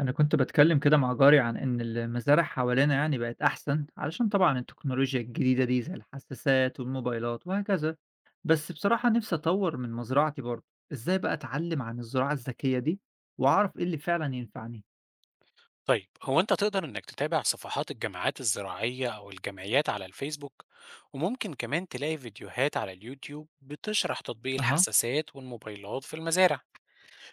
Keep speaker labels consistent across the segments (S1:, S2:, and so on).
S1: أنا كنت باتكلم كده مع جاري عن إن المزارع حوالينا يعني بقت أحسن علشان طبعا التكنولوجيا الجديدة دي زي الحساسات والموبايلات وهكذا. بس بصراحة نفسي أطور من مزرعتي برضه. إزاي بقى أتعلم عن الزراعة الذكية دي وأعرف إيه اللي فعلا ينفعني؟
S2: طيب هو أنت تقدر إنك تتابع صفحات الجماعات الزراعية أو الجمعيات على الفيسبوك، وممكن كمان تلاقي فيديوهات على اليوتيوب بتشرح تطبيق
S1: أها.
S2: الحساسات والموبايلات في المزارع.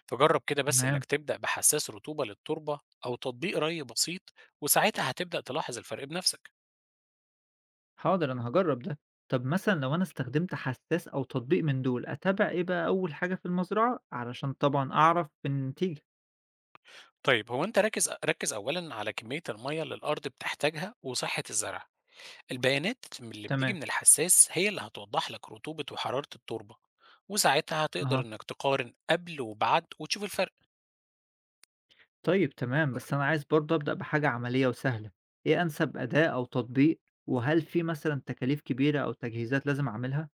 S2: فجرب كده بس
S1: تمام.
S2: إنك تبدأ بحساس رطوبة للتربة أو تطبيق ري بسيط، وساعتها هتبدأ تلاحظ الفرق بنفسك.
S1: حاضر، أنا هجرب ده. طب مثلا لو أنا استخدمت حساس أو تطبيق من دول أتابع إيه بقى أول حاجة في المزرعة علشان طبعا أعرف النتيجة؟
S2: طيب هو أنت ركز ركز أولا على كمية المية اللي الأرض بتحتاجها وصحة الزرع. البيانات اللي بتيجي
S1: تمام.
S2: من الحساس هي اللي هتوضح لك رطوبة وحرارة التربة، وساعتها هتقدر
S1: أها.
S2: انك تقارن قبل وبعد وتشوف الفرق.
S1: طيب تمام، بس أنا عايز برضه أبدأ بحاجة عملية وسهلة، إيه أنسب أداة أو تطبيق؟ وهل في مثلًا تكاليف كبيرة أو تجهيزات لازم أعملها؟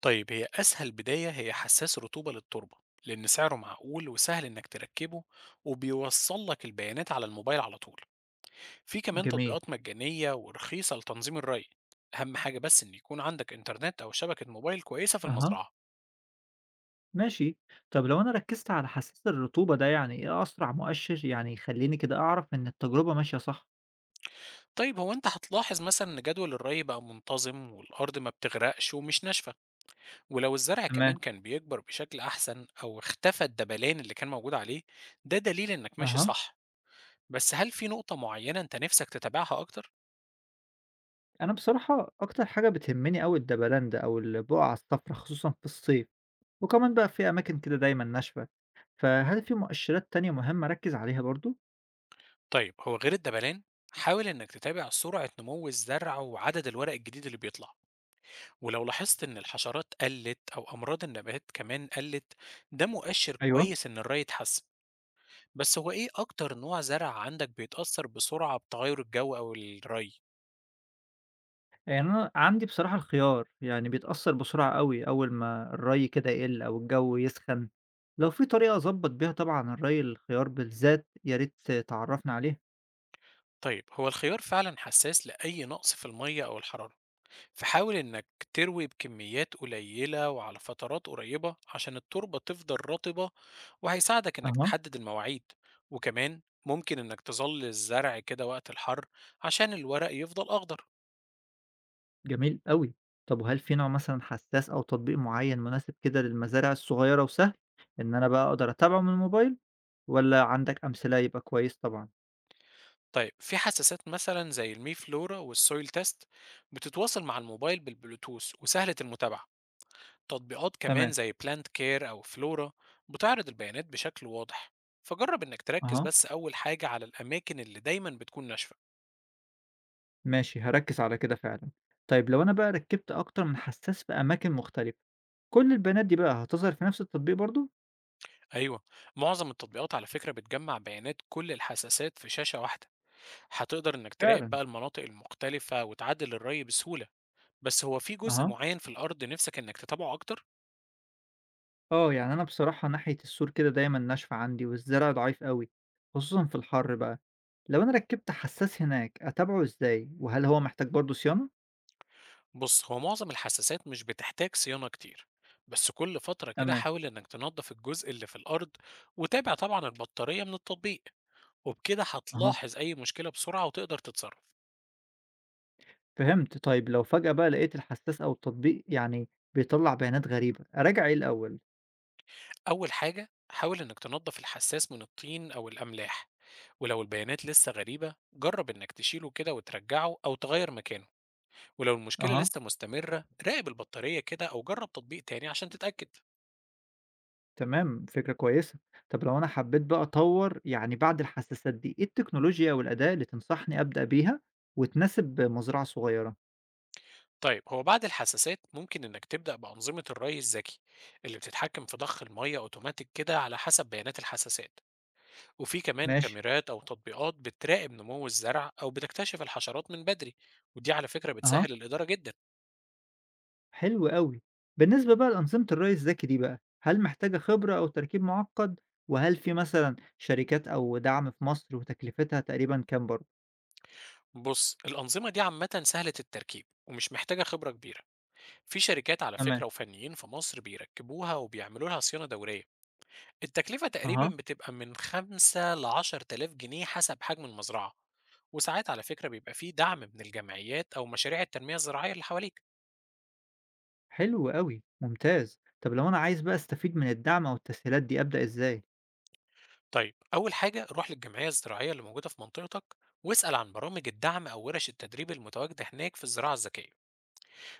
S2: طيب هي اسهل بداية هي حساس رطوبة للتربة، لان سعره معقول وسهل انك تركبه، وبيوصل لك البيانات على الموبايل على طول. في كمان
S1: جميل.
S2: تطبيقات مجانية ورخيصة لتنظيم الري. اهم حاجة بس ان يكون عندك انترنت او شبكة موبايل كويسة في
S1: أها.
S2: المزرعة.
S1: ماشي، طب لو أنا ركزت على حساس الرطوبة ده يعني إيه أسرع مؤشر يعني يخليني كده أعرف إن التجربة ماشية صح؟
S2: طيب هو انت هتلاحظ مثلا ان جدول الري بقى منتظم والارض ما بتغرقش ومش ناشفة، ولو الزرع
S1: تمام.
S2: كمان كان بيكبر بشكل أحسن أو اختفى الدبلان اللي كان موجود عليه، ده دليل إنك ماشي
S1: أها.
S2: صح. بس هل في نقطة معينة أنت نفسك تتابعها أكتر؟
S1: أنا بصراحة أكتر حاجة بتهمني أوي الدبلان ده أو البقع الصفرا خصوصا في الصيف، وكمان بقى في أماكن كده دايما ناشفة، فهل في مؤشرات تانية مهمة أركز عليها برضه؟
S2: طيب هو غير الدبلان، حاول إنك تتابع سرعة نمو الزرع وعدد الورق الجديد اللي بيطلع، ولو لاحظت إن الحشرات قلت أو أمراض النبات كمان قلت، ده مؤشر
S1: ايوه.
S2: كويس إن الري اتحسن. بس هو إيه أكتر نوع زرع عندك بيتأثر بسرعة بتغير الجو أو الري؟
S1: يعني أنا عندي بصراحة الخيار، يعني بيتأثّر بسرعة أوي أول ما الرَّي كده يقِل أو الجَو يسخن، لو في طريقة أضبّط بيها طبعًا الرَّي الخيار بالذات يا ريت تعرّفني عليها.
S2: طيب هو الخيار فعلا حساس لأي نقص في المية أو الحرارة، فحاول إنك تروي بكميات قليلة وعلى فترات قريبة عشان التربة تفضل رطبة، وهيساعدك إنك
S1: أها.
S2: تحدد المواعيد. وكمان ممكن إنك تظل الزرع كده وقت الحر عشان الورق يفضل أخضر.
S1: جميل أوي، طَب وهل في نوع مثلًا حسّاس أو تطبيق معيّن مناسب كده للمزارع الصغيّرة وسهل إن أنا بقى أقدر أتابعه من الموبايل، والّا عندك أمثلة يبقى كويس طبعًا؟
S2: طيب في حساسات مثلا زي المي فلورا والسويل تيست، بتتواصل مع الموبايل بالبلوتوث وسهلة المتابعة. تطبيقات كمان
S1: تمام.
S2: زي بلانت كير أو فلورا بتعرض البيانات بشكل واضح. فجرب إنك تركز
S1: أها.
S2: بس أول حاجة على الأماكن اللي دايما بتكون ناشفة.
S1: ماشي، هاركّز على كده فعلًا. طيب لو أنا بقى ركّبت أكتر من حسّاس في أماكن مختلفة، كل البيانات دي بقى هتظهر في نفس التطبيق برضه؟
S2: أيوة، معظم التطبيقات على فكرة بتجمع بيانات كل الحساسات في شاشة واحدة. هتقدر إنك تراقب
S1: فعلًا.
S2: بقى المناطق المختلفة وتعدل الري بسهولة. بس هو في جزء
S1: أها،
S2: معين في الأرض نفسك إنك تتابعه أكتر؟
S1: آه، يعني أنا بصراحة ناحية السور كده دايمًا ناشفة عندي والزرع ضعيف أوي، خصوصًا في الحَر بقى. لو أنا ركّبت حسّاس هناك أتابعه إزاي، وهل هو محتاج برضه صيانة؟
S2: بص هو معظم الحساسات مش بتحتاج صيانة كتير، بس كل فترة كده
S1: تمام.
S2: حاول إنك تنظف الجزء اللي في الأرض، وتابع طبعا البطارية من التطبيق، وبكده
S1: أها،
S2: هتلاحظ أي مشكلة بسرعة وتقدر تتصرف.
S1: فهمت. طيب لو فجأة بقى لقيت الحسّاس أو التطبيق بيطلّع بيانات غريبة، أراجع إيه الأول؟
S2: أول حاجة حاول إنك تنظف الحساس من الطين أو الأملاح، ولو البيانات لسه غريبة جرب إنك تشيله كده وترجعه أو تغير مكانه، ولو المشكلة
S1: أها.
S2: لسه مستمرة راقب البطارية كده أو جرب تطبيق تاني عشان تتأكد.
S1: تمام، فكرة كويسة. طب لو أنا حبيت بقى أطوّر بعد الحساسات دي، إيه التكنولوجيا والأداة اللي تنصحني أبدأ بيها وتناسب مزرعة صغيرة؟
S2: طيب هو بعد الحساسات ممكن إنك تبدأ بأنظمة الري الذكي اللي بتتحكم في ضخ المية أوتوماتيك كده على حسب بيانات الحساسات. وفي كمان
S1: ماشي.
S2: كاميرات أو تطبيقات بتراقب نمو الزرع أو بتكتشف الحشرات من بدري، ودي على فكرة
S1: أها،
S2: بتسهل الإدارة جدا.
S1: حلو أوي. بالنسبة بقى لأنظمة الري الذكي دي بقى، هل محتاجة خبرة أو تركيب معقد؟ وهل في مثلًا شركات أو دعم في مصر وتكلفتها تقريبًا كام برضه؟
S2: بص الأنظمة دي عامة سهلة التركيب ومش محتاجة خبرة كبيرة. في شركات على
S1: تمام.
S2: فكرة وفنيين في مصر بيركبوها وبيعملوا لها صيانة دورية. التكلفة تقريبا
S1: أها.
S2: بتبقى من 5 ل 10,000 جنيه حسب حجم المزرعة. وساعات على فكرة بيبقى فيه دعم من الجمعيات أو مشاريع التنمية الزراعية اللي حواليك.
S1: حلو أوي، ممتاز. طب لو أنا عايز بقى أستفيد من الدعم أو التسهيلات دي أبدأ إزاي؟
S2: طيب أول حاجة روح للجمعية الزراعية اللي موجودة في منطقتك، واسأل عن برامج الدعم أو ورش التدريب المتواجدة هناك في الزراعة الذكية،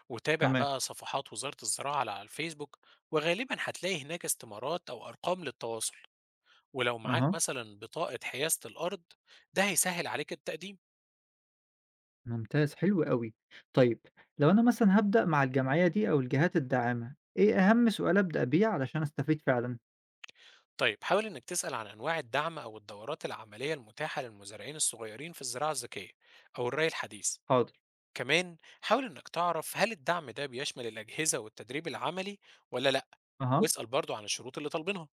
S2: وتابع
S1: تمام.
S2: بقى صفحات وزارة الزراعة على الفيسبوك. وغالبا هتلاقي هناك استمارات أو أرقام للتواصل، ولو معاك
S1: أها.
S2: مثلا بطاقة حيازة الأرض ده هيسهل عليك التقديم.
S1: ممتاز، حلو أوي. طيب لو أنا مثلًا هابدأ مع الجمعية دي أو الجهات الداعمة، إيه أهم سؤال أبدأ بيه علشان أستفيد فعلًا؟
S2: طيب حاول إنك تسأل عن أنواع الدعم أو الدورات العملية المتاحة للمزارعين الصغيرين في الزراعة الذكية أو الري الحديث.
S1: حاضر.
S2: كمان حاول إنك تعرف هل الدعم ده بيشمل الأجهزة والتدريب العملي ولا لأ.
S1: أها،
S2: واسأل برضو عن الشروط اللي طالبينها.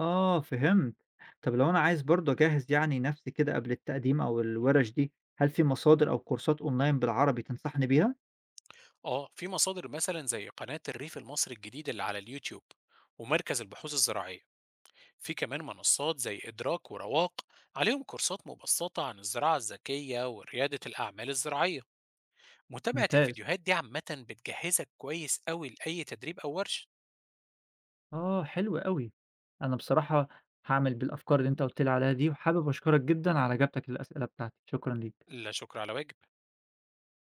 S1: آه فهمت. طب لو أنا عايز برضه أجهّز نفسي كده قبل التقديم أو الورش دي، هل في مصادر أو كورسات أونلاين بالعربي تنصحني بيها؟
S2: آه في مصادر مثلا زي قناة الريف المصري الجديد اللي على اليوتيوب ومركز البحوث الزراعية. في كمان منصات زي إدراك ورواق عليهم كورسات مبسطة عن الزراعة الذكية وريادة الأعمال الزراعية. متابعة
S1: ممتاز،
S2: الفيديوهات دي عامة بتجهزك كويس قوي لأي تدريب أو ورشة.
S1: آه حلو أوي. أنا بصراحة هاعمل بالأفكار اللي أنت قُلت لي عليها دي، وحابب أشكرك جدًا على إجابتك للأسئلة بتاعتي، شكرًا ليك.
S2: لا شكر على واجب.